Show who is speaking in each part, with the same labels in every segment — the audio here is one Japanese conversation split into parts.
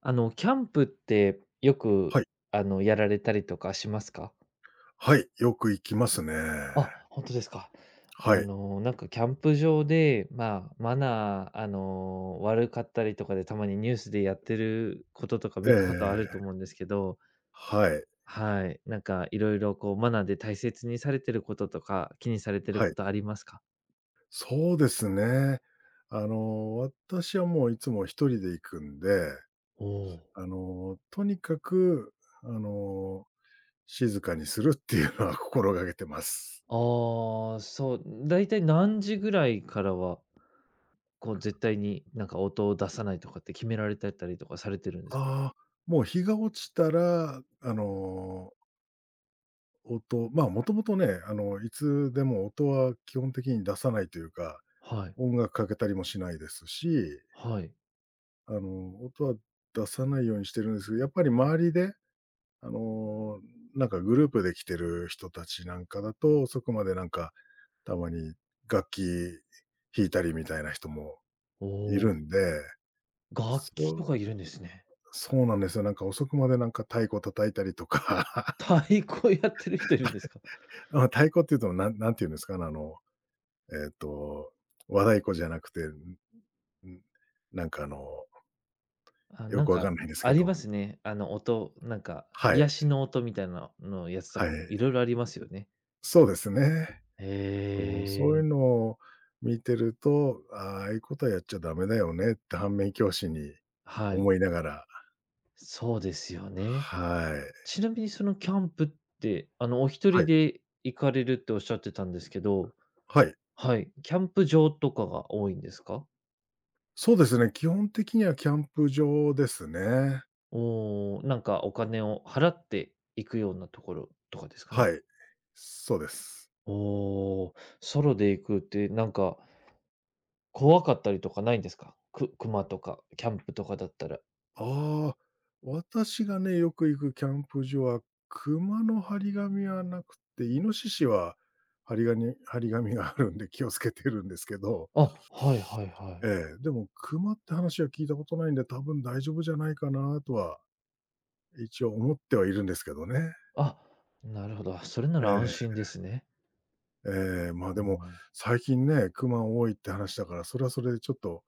Speaker 1: キャンプってよく、
Speaker 2: はい。
Speaker 1: やられたりとかしますか？
Speaker 2: はい、よく行きますね。
Speaker 1: あ、本当ですか。
Speaker 2: はい。
Speaker 1: なんかキャンプ場で、まあ、マナー、悪かったりとかで、たまにニュースでやってることとか
Speaker 2: え
Speaker 1: 見たことあると思
Speaker 2: え。
Speaker 1: うんですけど、
Speaker 2: はい。
Speaker 1: はい、なんかいろいろこうマナーで大切にされてることとか、気にされてる
Speaker 2: は
Speaker 1: こ
Speaker 2: い。
Speaker 1: とありますか？
Speaker 2: そうですね。私はもういつも一人で行くんで、
Speaker 1: おお。
Speaker 2: あの、とにかく、あの、静かにするっていうのは心がけてます。
Speaker 1: ああ、そう、だいたい何時ぐらいからは、こう絶対になんか音を出さないとかって決められてたりとかされてるんですか？
Speaker 2: ああ、もう日が落ちたら、音まあ、もともとね、いつでも音は基本的に出さないというか、
Speaker 1: はい、
Speaker 2: 音楽かけたりもしないですし
Speaker 1: はい。
Speaker 2: 音は出さないようにしてるんですけど、やっぱり周りで、あの、なんかグループで来てる人たちなんかだと、遅くまでなんか、たまに楽器弾いたりみたいな人も
Speaker 1: お
Speaker 2: いる
Speaker 1: お、
Speaker 2: んで、
Speaker 1: 楽
Speaker 2: そ
Speaker 1: 器と
Speaker 2: う
Speaker 1: かいるんですね。
Speaker 2: そうなんですよ。なんか遅くまでなんか太鼓叩いたりとか、
Speaker 1: 太鼓やってる人いるんですか？
Speaker 2: ま、太鼓っていうと、何て言うんですかね、えっと、和太鼓じゃなくて、んん、なんか
Speaker 1: あ、
Speaker 2: よ
Speaker 1: なん
Speaker 2: くわ
Speaker 1: か
Speaker 2: かんないんです
Speaker 1: あ
Speaker 2: け
Speaker 1: りま
Speaker 2: ど、
Speaker 1: すね。あの音、なんか
Speaker 2: はい、
Speaker 1: 癒しの音みたいなのやつと
Speaker 2: はい、
Speaker 1: か、いろいろありますよね。
Speaker 2: そうですね。
Speaker 1: へ
Speaker 2: そう、そうい
Speaker 1: え、
Speaker 2: うのを見てると、あ、ああいうことはやっちゃダメだよねって反面教師に
Speaker 1: はい。
Speaker 2: 思いながら、
Speaker 1: そうですよね。
Speaker 2: はい。
Speaker 1: ちなみにそのキャンプって、お一
Speaker 2: は
Speaker 1: 人
Speaker 2: い。
Speaker 1: で行かれるっておっしゃってたんですけど、
Speaker 2: はい。
Speaker 1: はい、キャンプ場とかが多いんですか？
Speaker 2: そうですね、基本的にはキャンプ場ですね。
Speaker 1: おおー、なんかお金を払って行くようなところとかですかね？
Speaker 2: はい、そうです。
Speaker 1: おお、ソロで行くってなんか、怖かったりとかないんですか？熊とか、キャンプとかだったら。
Speaker 2: ああ、私がね、よく行くキャンプ場は、熊の張り紙はなくて、イノシシは張りが張り紙があるんで気をつけてるんですけど、
Speaker 1: あ、はいはいはい。
Speaker 2: ええ、でも熊って話は聞いたことないんで、多分大丈夫じゃないかなとは、一応思ってはいるんですけどね。
Speaker 1: あ、なるほど。それなら安心
Speaker 2: え
Speaker 1: ですね。
Speaker 2: え、ええ、まあ、
Speaker 1: う
Speaker 2: でも、
Speaker 1: ん。
Speaker 2: 最近ね、熊多いって話だから、それはそれでちょっと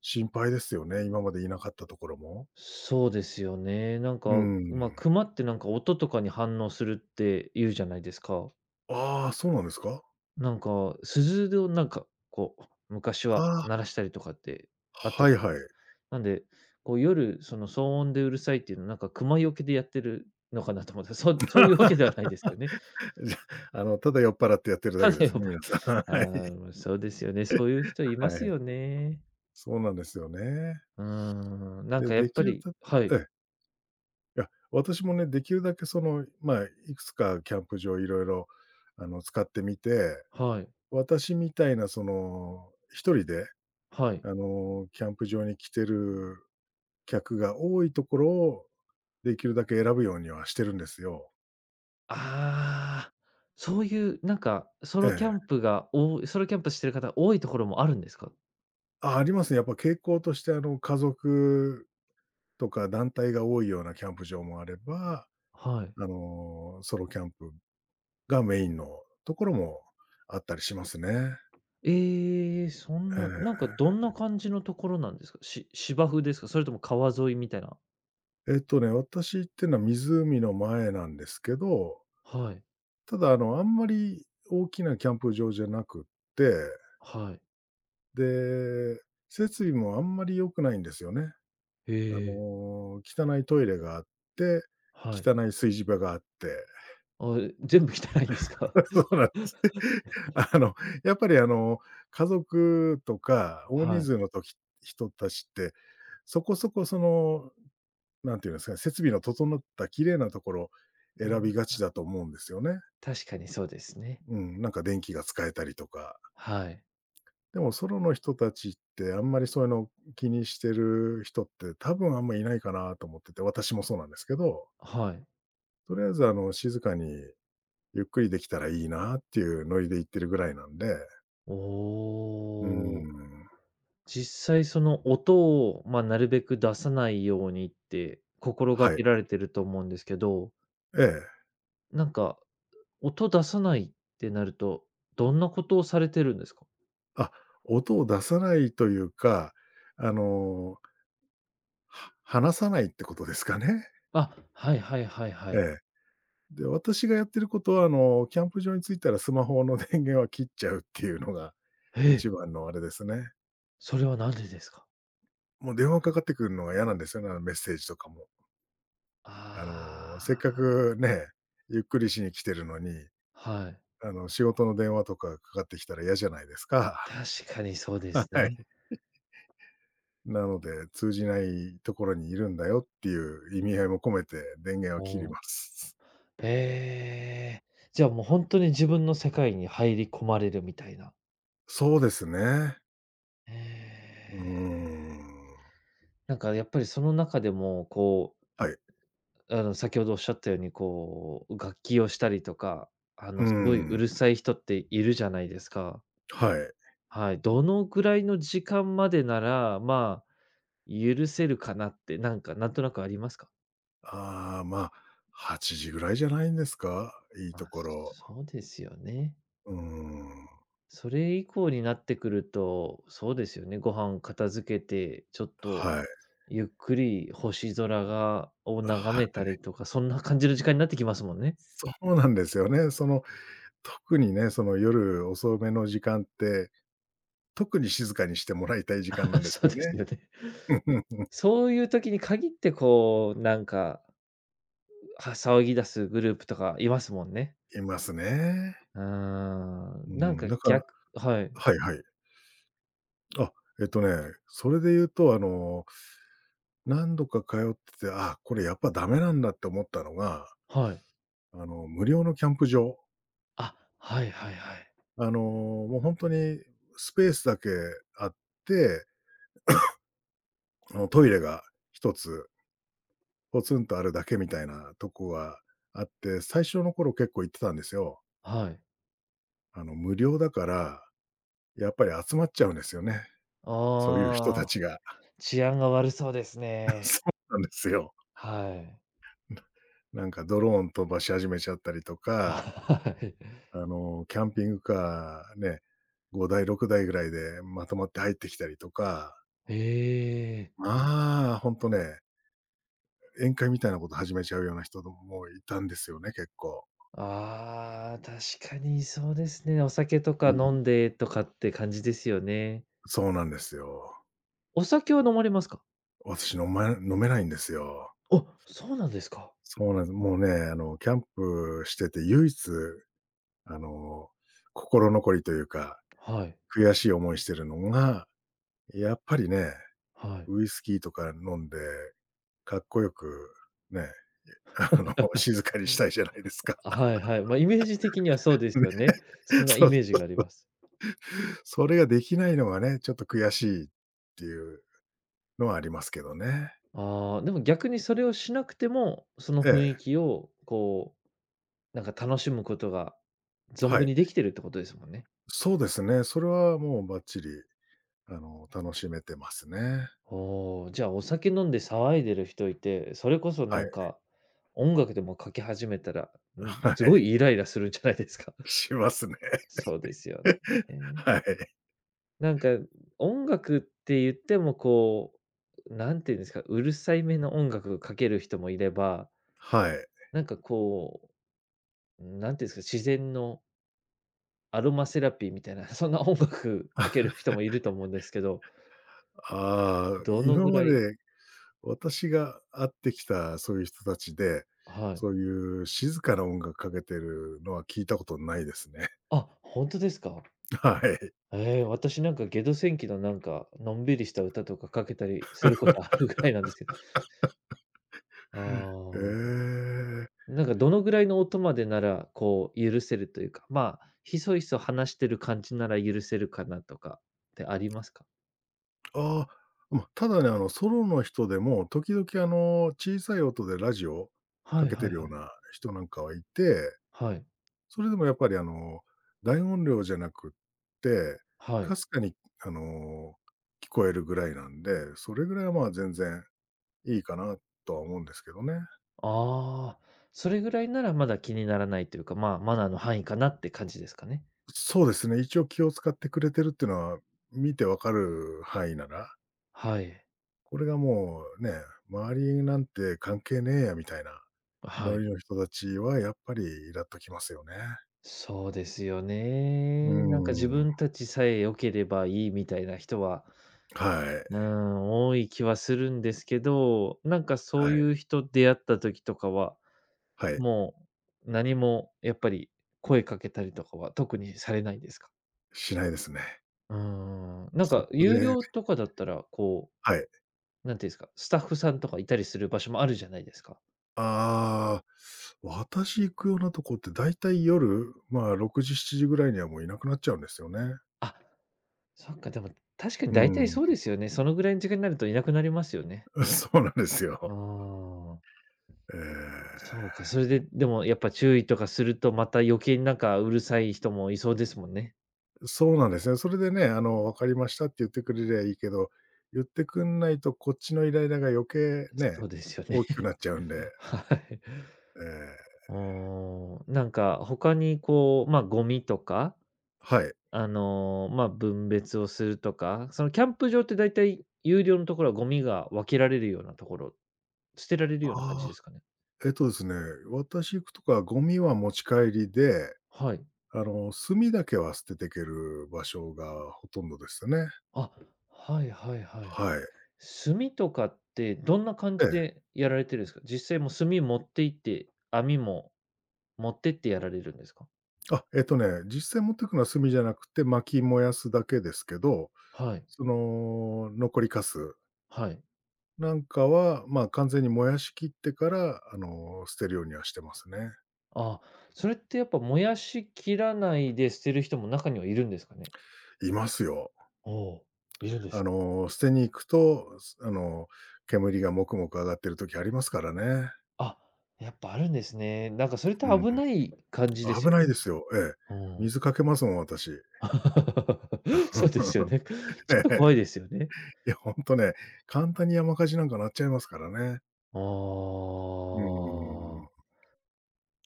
Speaker 2: 心配ですよね、今までいなかったところも。
Speaker 1: そうですよね。なん
Speaker 2: う
Speaker 1: か、まあ、
Speaker 2: ん。
Speaker 1: 熊ってなんか音とかに反応するって言うじゃないですか。
Speaker 2: ああ、そうなんですか？
Speaker 1: なんか、鈴をなんか、こう、昔
Speaker 2: あ
Speaker 1: は
Speaker 2: あ、
Speaker 1: 鳴らしたりとかってあったじ
Speaker 2: はい
Speaker 1: ゃない
Speaker 2: は
Speaker 1: で
Speaker 2: い。
Speaker 1: すか。なんで、こう夜、その騒音でうるさいっていうのは、なんか熊よけでやってるのかなと思った。そうそういうわけでは ないですよね。
Speaker 2: じゃ、ただ酔っ払ってやってるだ
Speaker 1: た
Speaker 2: け
Speaker 1: だ
Speaker 2: で
Speaker 1: や
Speaker 2: す
Speaker 1: っ
Speaker 2: ね、
Speaker 1: ぱ
Speaker 2: 皆さん。
Speaker 1: ああ、
Speaker 2: はい。
Speaker 1: まそうですよね。そういう人いま
Speaker 2: は
Speaker 1: す
Speaker 2: い。
Speaker 1: よね。
Speaker 2: そうなんですよね。
Speaker 1: うーん、なんか
Speaker 2: で、
Speaker 1: やっ
Speaker 2: で
Speaker 1: ぱ
Speaker 2: きる
Speaker 1: り
Speaker 2: た
Speaker 1: はい、
Speaker 2: ええ。いや、私もね、できるだけその、まあ、いくつかキャンプ場いろいろ、使ってみて、
Speaker 1: はい、
Speaker 2: 私みたいなその、一人で、
Speaker 1: はい。
Speaker 2: キャンプ場に来てる客が多いところを、できるだけ選ぶようにはしてるんですよ。
Speaker 1: ああ、そういうなんか、ソ
Speaker 2: え
Speaker 1: ロキャン
Speaker 2: え。
Speaker 1: プがおソロキャンプしてる方多いところもあるんですか？
Speaker 2: あ、ありますね。やっぱ傾向として、家族とか団体が多いようなキャンプ場もあれば、
Speaker 1: はい。
Speaker 2: ソロキャンプがメインのところもあったりしますね。
Speaker 1: ええ、そん
Speaker 2: え
Speaker 1: な、
Speaker 2: え。
Speaker 1: なんかどんな感じのところなんですか？芝生ですか？それとも川沿いみたいな。
Speaker 2: えっとね、私ってのは湖の前なんですけど、
Speaker 1: はい、
Speaker 2: ただあんまり大きなキャンプ場じゃなくって、
Speaker 1: はい。
Speaker 2: で、設備もあんまり良くないんですよね。
Speaker 1: ええ、
Speaker 2: 汚いトイレがあって、
Speaker 1: はい。
Speaker 2: 汚い炊事場があって。
Speaker 1: あ、え、全部汚いんですか？
Speaker 2: そうなんです。あの、やっぱりあの、家族とか大人
Speaker 1: はい。
Speaker 2: 数の時人たちって、そこそこその、なんていうんですかね、設備の整った綺麗なところ選び
Speaker 1: あ、
Speaker 2: がちだと思うんですよね。
Speaker 1: 確かにそうですね。
Speaker 2: うん、なんか電気が使えたりとか。
Speaker 1: はい、
Speaker 2: でもソロの人たちってあんまりそういうの気にしてる人って多分あんまいないかなと思ってて、私もそうなんですけど、
Speaker 1: はい。
Speaker 2: とりあえず静かにゆっくりできたらいいなっていうノリで行ってるぐらいなんで、
Speaker 1: お
Speaker 2: うー
Speaker 1: お、
Speaker 2: ん、
Speaker 1: 実際その音を、まあ、なるべく出さないようにって心が
Speaker 2: はい。
Speaker 1: けられてると思うんですけど、
Speaker 2: ええ。
Speaker 1: なんか、音出さないってなると、どんなことをされてるんですか？
Speaker 2: あ、音を出さないというか、あの、話さないってことですかね。
Speaker 1: あ、はいはいはいは
Speaker 2: え
Speaker 1: い。
Speaker 2: え。で、私がやってることは、キャンプ場に着いたらスマホの電源は切っちゃうっていうのが一
Speaker 1: え、
Speaker 2: 番のあれですね。
Speaker 1: それはなんでですか？
Speaker 2: もう電話かかってくるのが嫌なんですよね、あのメッセージとかも。せっか
Speaker 1: あ
Speaker 2: くね、ゆっくりしに来てるのに、
Speaker 1: あ、はい。
Speaker 2: 仕事の電話とかかかってきたら嫌じゃないですか。
Speaker 1: 確かにそう で
Speaker 2: は
Speaker 1: すね。
Speaker 2: い。なので、通じないところにいるんだよっていう意味合いも込めて電源
Speaker 1: お
Speaker 2: は切り
Speaker 1: お、
Speaker 2: ます。
Speaker 1: ええ。じゃあもうほんとに自分の世界に入り込まれるみたいな。
Speaker 2: そうですね。
Speaker 1: え
Speaker 2: うー
Speaker 1: え。
Speaker 2: ん。
Speaker 1: なんかやっぱりその中でも、こ
Speaker 2: はい。
Speaker 1: う、先ほどおっしゃったように、こう、楽器をしたりとか、
Speaker 2: うー
Speaker 1: すごいう
Speaker 2: ん。
Speaker 1: るさい人っているじゃないですか。
Speaker 2: はい。
Speaker 1: はい、どのぐらいの時間までなら、まあ、許せるかなって、なんか、なんとなくありますか？
Speaker 2: ああ、まあ、8時ぐらいじゃないんですか？いい
Speaker 1: ま
Speaker 2: と
Speaker 1: あ、
Speaker 2: ころ。
Speaker 1: そうですよね。
Speaker 2: うーん。
Speaker 1: それ以降になってくると、そうですよね、ご飯片付けて、ちょっと
Speaker 2: はい。
Speaker 1: ゆっくり星空を
Speaker 2: は
Speaker 1: 眺めたり
Speaker 2: い。
Speaker 1: とか、そんな感じの時間になってきますもんね。
Speaker 2: そうなんですよね。その、特にね、その夜遅めの時間って、特に静かにしてもらいたい時間な んで
Speaker 1: そ
Speaker 2: す
Speaker 1: う
Speaker 2: よ
Speaker 1: です
Speaker 2: ね。
Speaker 1: よね。
Speaker 2: うん。
Speaker 1: そういう時に限ってこう、なんか、騒ぎ出すグループとかいますもんね。
Speaker 2: いますね。
Speaker 1: うー
Speaker 2: う
Speaker 1: ん、なん
Speaker 2: ん、
Speaker 1: か
Speaker 2: だから
Speaker 1: 逆はい、
Speaker 2: はいはい。あ、えっとね、それで言うと、何度か通ってて、あ、これやっぱダメなんだって思ったのが、
Speaker 1: はい。
Speaker 2: 無料のキャンプ場。
Speaker 1: あ、はいはいはい。
Speaker 2: もう本当にスペースだけあって、トイレが一つポツンとあるだけみたいなとこがあって、最初の頃結構行ってたんですよ。
Speaker 1: はい。
Speaker 2: 無料だから、やっぱり集まっちゃうんですよね、そういう人た
Speaker 1: ああ、
Speaker 2: ちが。
Speaker 1: 治安が悪そうです ね。
Speaker 2: そうなんですよ。
Speaker 1: はい。
Speaker 2: なんかドローン飛ばし始めちゃったりとか、
Speaker 1: はい。
Speaker 2: キャンピングカーね、5台6台ぐらいでまとまって入ってきたりとか、
Speaker 1: ええ。
Speaker 2: まあ、ほんとね宴会みたいなこと始めちゃうような人もいたんですよね、結構。
Speaker 1: ああ、確かにそうですね。お酒とか
Speaker 2: ううん。
Speaker 1: 飲
Speaker 2: ん、
Speaker 1: んでとかって感じですよね。
Speaker 2: そうなんですよ。
Speaker 1: お酒は飲まれますか？
Speaker 2: 私飲めないんですよ。
Speaker 1: あ、そうなんですか。
Speaker 2: そうなんです。もうね、キャンプしてて唯一、あの、心残りというか、
Speaker 1: はい、
Speaker 2: 悔しい思いしてるのが、やっぱりね、
Speaker 1: はい。
Speaker 2: ウイスキーとか飲んで、かっこよく、ね、静かにしたいじゃないですか。
Speaker 1: あ、はいはい。ま、イメージ的にはそうで す
Speaker 2: ね、
Speaker 1: よね。そんなイ
Speaker 2: そう、
Speaker 1: メージがあります。
Speaker 2: それができないのがね、ちょっと悔しいっていうのはありますけどね。
Speaker 1: ああ、でも逆にそれをしなくても、その
Speaker 2: え
Speaker 1: 雰囲
Speaker 2: え。
Speaker 1: 気をこう、なんか楽しむことが存分
Speaker 2: はい。
Speaker 1: にできてるってことですもんね。
Speaker 2: そうですね。それはもうバッチリ、楽しめてますね。
Speaker 1: おお、じゃあ、お酒飲んで騒いでる人いて、それこそな
Speaker 2: はい。
Speaker 1: んか、音楽でもかけ始めたら、
Speaker 2: は
Speaker 1: すごいイ
Speaker 2: い。
Speaker 1: ライラするんじゃないですか。
Speaker 2: しますね。
Speaker 1: そうですよ ね。
Speaker 2: はい。
Speaker 1: なんか、音楽って言ってもこう、なんていうんですか、うるさいめの音楽かける人もいれば、
Speaker 2: はい。
Speaker 1: なんかこう、なんていうんですか、自然のアロマセラピーみたいな、そんな音楽かける人もいると思うんですけど、
Speaker 2: ああ、
Speaker 1: どの
Speaker 2: 今
Speaker 1: ぐ
Speaker 2: ま
Speaker 1: らい
Speaker 2: で私が会ってきたそういう人たちで、
Speaker 1: はい。
Speaker 2: そういう静かな音楽かけてるのは聞いたことないですね。
Speaker 1: あ、本当ですか？
Speaker 2: はい。
Speaker 1: ええ、私なんかゲド戦記のなんか、のんびりした歌とかかけたりすることあるぐらいなんですけど。
Speaker 2: え
Speaker 1: ああ、
Speaker 2: え。
Speaker 1: なんかどのぐらいの音までなら、こう許せるというか、まあ、ひそひそ話してる感じなら許せるかなとかってありますか？
Speaker 2: ああ、ま、ただね、ソロの人でも時々、小さい音でラジオ
Speaker 1: は
Speaker 2: か
Speaker 1: い
Speaker 2: け
Speaker 1: は
Speaker 2: て
Speaker 1: いは
Speaker 2: るよう
Speaker 1: い。
Speaker 2: な人なんかはいて、
Speaker 1: はい。
Speaker 2: それでもやっぱり大音量じゃなくって、
Speaker 1: は
Speaker 2: か
Speaker 1: い。
Speaker 2: すかにあの、聞こえるぐらいなんで、それぐらいはまあ全然いいかなとは思うんですけどね。
Speaker 1: ああ、それぐらいならまだ気にならないというか、まあ、マナーの範囲かなって感じですかね。
Speaker 2: そうですね、一応気を使ってくれてるっていうのは、見てわかる範囲なら、
Speaker 1: はい。
Speaker 2: これがもうね、周りなんて関係ねえやみたいな
Speaker 1: は
Speaker 2: ノ
Speaker 1: い。
Speaker 2: リの人たちはやっぱりイラっときますよね。
Speaker 1: そうですよ
Speaker 2: う
Speaker 1: ね。なんか自
Speaker 2: ーん。
Speaker 1: 分たちさえ良ければいいみたいな人は
Speaker 2: はい、
Speaker 1: うん、多い気はするんですけど、なんかそ
Speaker 2: は
Speaker 1: うい
Speaker 2: い、
Speaker 1: う人出会った時とかは、
Speaker 2: はい、
Speaker 1: もう何もやっぱり声かけたりとかは特にされないんですか？
Speaker 2: しないですね。
Speaker 1: うーん、なん
Speaker 2: そ
Speaker 1: か
Speaker 2: こ
Speaker 1: 有
Speaker 2: で
Speaker 1: 料とかだったら、こ
Speaker 2: はい。
Speaker 1: う、なんていうんですか、スタッフさんとかいたりする場所もあるじゃないですか。
Speaker 2: ああ、私行くようなとこってだいたい夜、まあ、6時、7時ぐらいにはもういなくなっちゃうんですよね。
Speaker 1: あ、そっか、でも確かに
Speaker 2: う
Speaker 1: 大体そ
Speaker 2: ん。
Speaker 1: うですよね。そのぐらいの時間になるといなくなりますよね。
Speaker 2: そうなんです
Speaker 1: う
Speaker 2: よ。
Speaker 1: ーん、
Speaker 2: え
Speaker 1: そう
Speaker 2: え。
Speaker 1: か、それで、でもやっぱ注意とかすると、また余計になんかうるさい人もいそうですもんね。
Speaker 2: そうなんですね。それでね、「分かりました」って言ってくれりゃいいけど、言ってくんないとこっちのイライラが余計
Speaker 1: そ
Speaker 2: ね、
Speaker 1: うですよね。
Speaker 2: 大きくなっちゃうんで。
Speaker 1: はい。
Speaker 2: ええ、
Speaker 1: おーなんか他にこう、ま、ゴミとか、
Speaker 2: はい。
Speaker 1: ま、分別をするとか、そのキャンプ場ってだいたい有料のところはゴミが分けられるようなところ、捨てられるような感じ
Speaker 2: あ
Speaker 1: で
Speaker 2: あ、
Speaker 1: すかね？
Speaker 2: えっとですね、私行くとこはゴミは持ち帰りで、
Speaker 1: はい。
Speaker 2: 炭だけは捨てていける場所がほとんどですね。
Speaker 1: あ、はいはいはい。
Speaker 2: はい。
Speaker 1: 炭とかってどんな感じ
Speaker 2: ええ。
Speaker 1: でやられてるんですか？実際もう炭持って行って、網も持ってってやられるんですか？
Speaker 2: あ、えっとね、実際持ってくのは炭じゃなくて、薪燃やすだけですけど、
Speaker 1: はい、
Speaker 2: その、残りカス
Speaker 1: はい。
Speaker 2: なんかは、まあ、完全に燃やしきってから、捨てるようにはしてますね。
Speaker 1: ああ、それってやっぱ燃やしきらないで捨てる人も中にはいるんですかね？
Speaker 2: いますよ。
Speaker 1: おお、いるんです。
Speaker 2: 捨てに行くと、煙がもくもく上がってる時ありますからね。
Speaker 1: あ、やっぱあるんですね。なんかそれって
Speaker 2: うん、
Speaker 1: 危ない感じです
Speaker 2: 危
Speaker 1: よ
Speaker 2: ないで
Speaker 1: ね。
Speaker 2: すよ。ええ。
Speaker 1: うん。
Speaker 2: 水かけますもん、私。
Speaker 1: そうですよ ね。ちょっ
Speaker 2: え
Speaker 1: と怖
Speaker 2: え。
Speaker 1: いですよね。
Speaker 2: いや、ほんとね、簡単に山火事なんかなっちゃいますからね。
Speaker 1: あ
Speaker 2: うー
Speaker 1: あ、
Speaker 2: ん、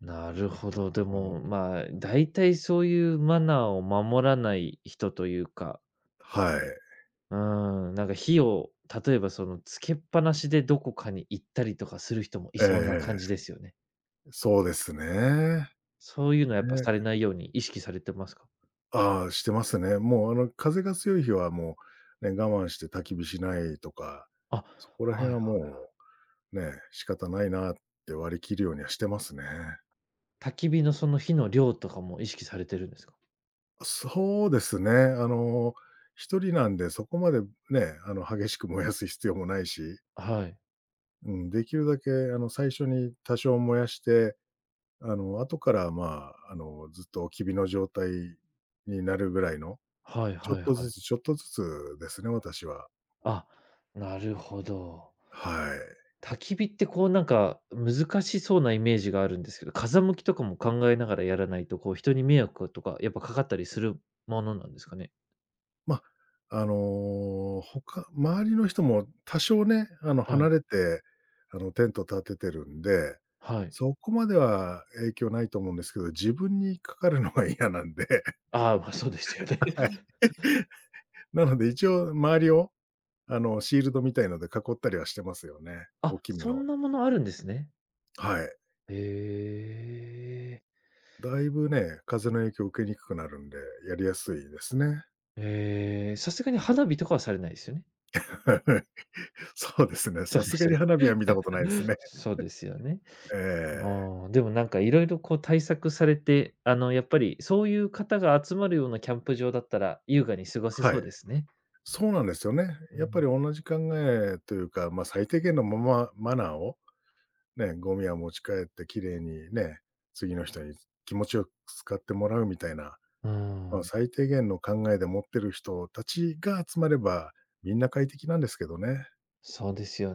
Speaker 1: なるほど。で
Speaker 2: こ
Speaker 1: も、
Speaker 2: う
Speaker 1: まあ、大体そういうマナーを守らない人というか、
Speaker 2: はい。
Speaker 1: うなんか火を、例えばそのつけっぱなしでどこかに行ったりとかする人もいそうな感
Speaker 2: え
Speaker 1: じ
Speaker 2: え、
Speaker 1: ですよね。
Speaker 2: そうですね。ね。
Speaker 1: そういうのはやっぱされないように意識されてますか？
Speaker 2: ああ、してますね。もう、風が強い日はもう、ね、我慢して焚き火しないとか、
Speaker 1: あ、
Speaker 2: そこら
Speaker 1: は
Speaker 2: 辺
Speaker 1: い。
Speaker 2: はもう、ね、仕方ないなって割り切るようにはしてますね。
Speaker 1: 焚き火のその火の量とかも意識されてるんですか？
Speaker 2: そうですね。一人なんでそこまでね、激しく燃やす必要もないし、
Speaker 1: はい。
Speaker 2: うん、できるだけ、最初に多少燃やして、後から、まあ、ずっと焚き火の状態になるぐらいの
Speaker 1: はい
Speaker 2: ちょ
Speaker 1: は
Speaker 2: っ
Speaker 1: いは
Speaker 2: とず
Speaker 1: い。
Speaker 2: つちょっとずつですね、私は。
Speaker 1: あ、なるほど。
Speaker 2: はい。
Speaker 1: 焚き火ってこうなんか難しそうなイメージがあるんですけど、風向きとかも考えながらやらないと、こう人に迷惑とかやっぱかかったりするものなんですかね？
Speaker 2: まあ、他周りの人も多少ね、
Speaker 1: はい、
Speaker 2: 離れて、テント立ててるんで、
Speaker 1: はい。
Speaker 2: そこまでは影響ないと思うんですけど、自分にかかるのが嫌なんで、
Speaker 1: ああ、ま、そうですよね。
Speaker 2: はい。なので一応周りを、シールドみたいので囲ったりはしてますよね、大
Speaker 1: あ、
Speaker 2: きめ
Speaker 1: そ
Speaker 2: の。
Speaker 1: んなものあるんですね。
Speaker 2: はい。
Speaker 1: へえ。
Speaker 2: だいぶね、風の影響を受けにくくなるんで、やりやすいですね。
Speaker 1: ええ、さすがに花火とかはされないですよね？
Speaker 2: はいはい。そうですね。
Speaker 1: そ
Speaker 2: さ
Speaker 1: うで
Speaker 2: す
Speaker 1: す
Speaker 2: が
Speaker 1: よね。
Speaker 2: に花火は見たことないです ね。
Speaker 1: そうですよね。
Speaker 2: ええ。
Speaker 1: ああ、でもなんかいろいろこう対策されて、やっぱりそういう方が集まるようなキャンプ場だったら、優雅に過ごせ
Speaker 2: は
Speaker 1: そ
Speaker 2: い。
Speaker 1: うですね。
Speaker 2: そうなんですよね。
Speaker 1: う
Speaker 2: やっぱ
Speaker 1: ん。
Speaker 2: り同じ考えというか、まあ、最低限の、まマナーを、ね、ゴミは持ち帰ってきれいにね、次の人に気持ちよく使ってもらうみたいな、
Speaker 1: うー
Speaker 2: まあ、
Speaker 1: ん、
Speaker 2: 最低限の考えで持ってる人たちが集まれば、みんな快適なんですけどね。
Speaker 1: そうですよ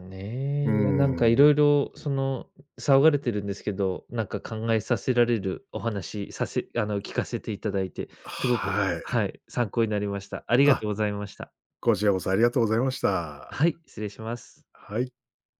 Speaker 2: う
Speaker 1: ね。
Speaker 2: ー
Speaker 1: いや、なんかいろ
Speaker 2: ん。
Speaker 1: いろその、騒がれてるんですけど、なんか考えさせられるお話、させあの、聞かせていただいて、すごく
Speaker 2: はい。
Speaker 1: はい、参考になりました。ありがと
Speaker 2: あ、
Speaker 1: うございました。
Speaker 2: こちらこそありがとうございました。
Speaker 1: はい、失礼します。
Speaker 2: はい。